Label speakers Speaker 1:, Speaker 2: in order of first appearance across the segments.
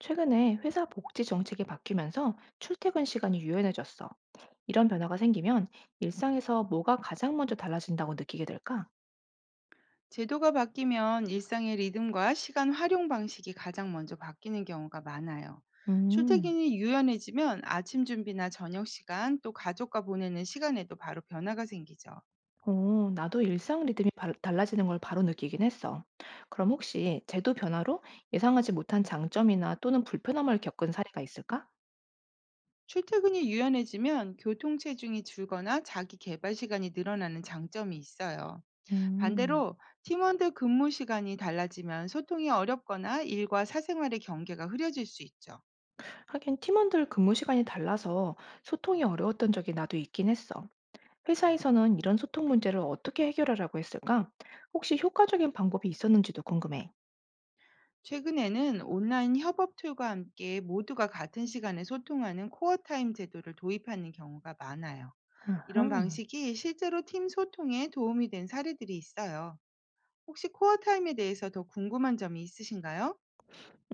Speaker 1: 최근에 회사 복지 정책이 바뀌면서 출퇴근 시간이 유연해졌어. 이런 변화가 생기면 일상에서 뭐가 가장 먼저 달라진다고 느끼게 될까?
Speaker 2: 제도가 바뀌면 일상의 리듬과 시간 활용 방식이 가장 먼저 바뀌는 경우가 많아요.
Speaker 1: 음,
Speaker 2: 출퇴근이 유연해지면 아침 준비나 저녁 시간, 또 가족과 보내는 시간에도 바로 변화가 생기죠.
Speaker 1: 어, 나도 일상 리듬이 달라지는 걸 바로 느끼긴 했어. 그럼 혹시 제도 변화로 예상하지 못한 장점이나 또는 불편함을 겪은 사례가 있을까?
Speaker 2: 출퇴근이 유연해지면 교통 체중이 줄거나 자기 개발 시간이 늘어나는 장점이 있어요.
Speaker 1: 음.
Speaker 2: 반대로 팀원들 근무 시간이 달라지면 소통이 어렵거나 일과 사생활의 경계가 흐려질 수 있죠.
Speaker 1: 하긴 팀원들 근무 시간이 달라서 소통이 어려웠던 적이 나도 있긴 했어. 회사에서는 이런 소통 문제를 어떻게 해결하라고 했을까? 혹시 효과적인 방법이 있었는지도 궁금해.
Speaker 2: 최근에는 온라인 협업 툴과 함께 모두가 같은 시간에 소통하는 코어 타임 제도를 도입하는 경우가 많아요. 이런
Speaker 1: 아하.
Speaker 2: 방식이 실제로 팀 소통에 도움이 된 사례들이 있어요. 혹시 코어 타임에 대해서 더 궁금한 점이 있으신가요?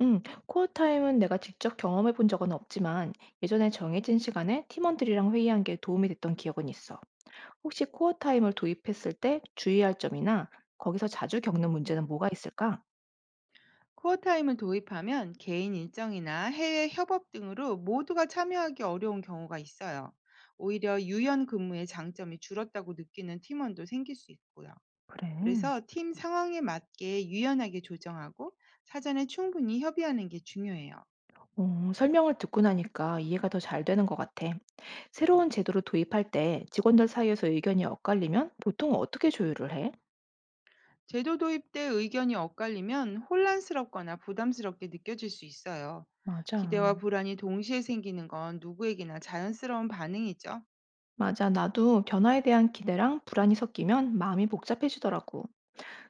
Speaker 1: 음, 코어 타임은 내가 직접 경험해 본 적은 없지만 예전에 정해진 시간에 팀원들이랑 회의한 게 도움이 됐던 기억은 있어. 혹시 코어 타임을 도입했을 때 주의할 점이나 거기서 자주 겪는 문제는 뭐가 있을까?
Speaker 2: 코어 타임을 도입하면 개인 일정이나 해외 협업 등으로 모두가 참여하기 어려운 경우가 있어요. 오히려 유연 근무의 장점이 줄었다고 느끼는 팀원도 생길 수 있고요.
Speaker 1: 그래.
Speaker 2: 그래서 팀 상황에 맞게 유연하게 조정하고, 사전에 충분히 협의하는 게 중요해요.
Speaker 1: 어, 설명을 듣고 나니까 이해가 더 잘 되는 것 같아. 새로운 제도를 도입할 때 직원들 사이에서 의견이 엇갈리면 보통 어떻게 조율을 해?
Speaker 2: 제도 도입 때 의견이 엇갈리면 혼란스럽거나 부담스럽게 느껴질 수 있어요. 기대와
Speaker 1: 맞아.
Speaker 2: 불안이 동시에 생기는 건 누구에게나 자연스러운 반응이죠.
Speaker 1: 맞아. 나도 변화에 대한 기대랑 불안이 섞이면 마음이 복잡해지더라고.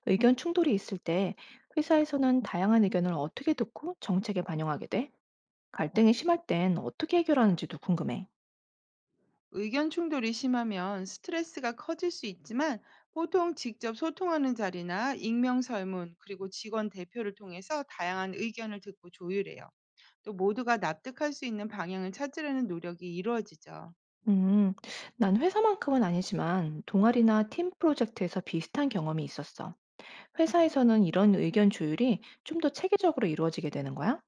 Speaker 1: 의견 충돌이 있을 때 회사에서는 다양한 의견을 어떻게 듣고 정책에 반영하게 돼? 갈등이 심할 땐 어떻게 해결하는지도 궁금해.
Speaker 2: 의견 충돌이 심하면 스트레스가 커질 수 있지만, 보통 직접 소통하는 자리나 익명 설문, 그리고 직원 대표를 통해서 다양한 의견을 듣고 조율해요. 또 모두가 납득할 수 있는 방향을 찾으려는 노력이 이루어지죠.
Speaker 1: 음, 난 회사만큼은 아니지만 동아리나 팀 프로젝트에서 비슷한 경험이 있었어. 회사에서는 이런 의견 조율이 좀 더 체계적으로 이루어지게 되는 거야?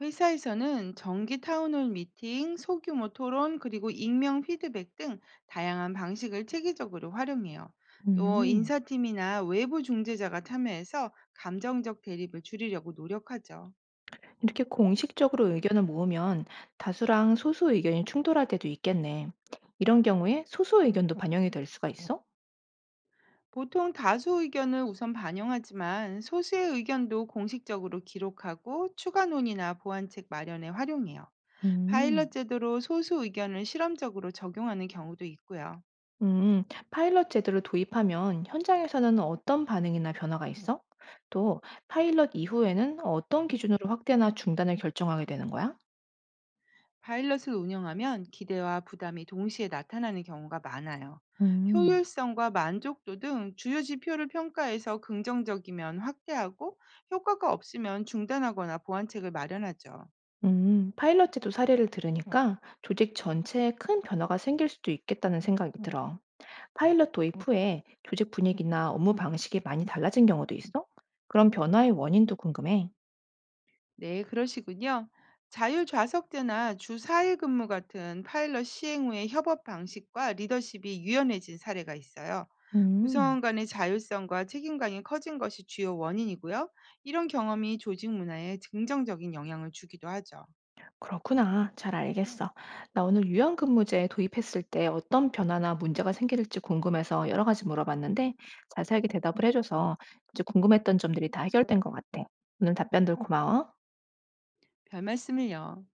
Speaker 2: 회사에서는 정기 타운홀 미팅, 소규모 토론, 그리고 익명 피드백 등 다양한 방식을 체계적으로 활용해요. 또
Speaker 1: 음.
Speaker 2: 인사팀이나 외부 중재자가 참여해서 감정적 대립을 줄이려고 노력하죠.
Speaker 1: 이렇게 공식적으로 의견을 모으면 다수랑 소수 의견이 충돌할 때도 있겠네. 이런 경우에 소수 의견도 반영이 될 수가 있어?
Speaker 2: 보통 다수 의견을 우선 반영하지만, 소수의 의견도 공식적으로 기록하고 추가 논의나 보완책 마련에 활용해요. 파일럿
Speaker 1: 음.
Speaker 2: 제도로 소수 의견을 실험적으로 적용하는 경우도 있고요.
Speaker 1: 음, 파일럿 제도를 도입하면 현장에서는 어떤 반응이나 변화가 있어? 또 파일럿 이후에는 어떤 기준으로 확대나 중단을 결정하게 되는 거야?
Speaker 2: 파일럿을 운영하면 기대와 부담이 동시에 나타나는 경우가 많아요.
Speaker 1: 음.
Speaker 2: 효율성과 만족도 등 주요 지표를 평가해서 긍정적이면 확대하고, 효과가 없으면 중단하거나 보완책을 마련하죠.
Speaker 1: 파일럿 제도 사례를 들으니까 조직 전체에 큰 변화가 생길 수도 있겠다는 생각이 들어. 파일럿 도입 후에 조직 분위기나 업무 방식이 많이 달라진 경우도 있어? 그런 변화의 원인도 궁금해.
Speaker 2: 네, 그러시군요. 자율좌석제나 주 4일 근무 같은 파일럿 시행 후의 협업 방식과 리더십이 유연해진 사례가 있어요.
Speaker 1: 음,
Speaker 2: 구성원 간의 자율성과 책임감이 커진 것이 주요 원인이고요. 이런 경험이 조직 문화에 긍정적인 영향을 주기도 하죠.
Speaker 1: 그렇구나. 잘 알겠어. 나 오늘 유연근무제 도입했을 때 어떤 변화나 문제가 생길지 궁금해서 여러 가지 물어봤는데 자세하게 대답을 해줘서 이제 궁금했던 점들이 다 해결된 것 같아. 오늘 답변들 고마워.
Speaker 2: 별말씀을요.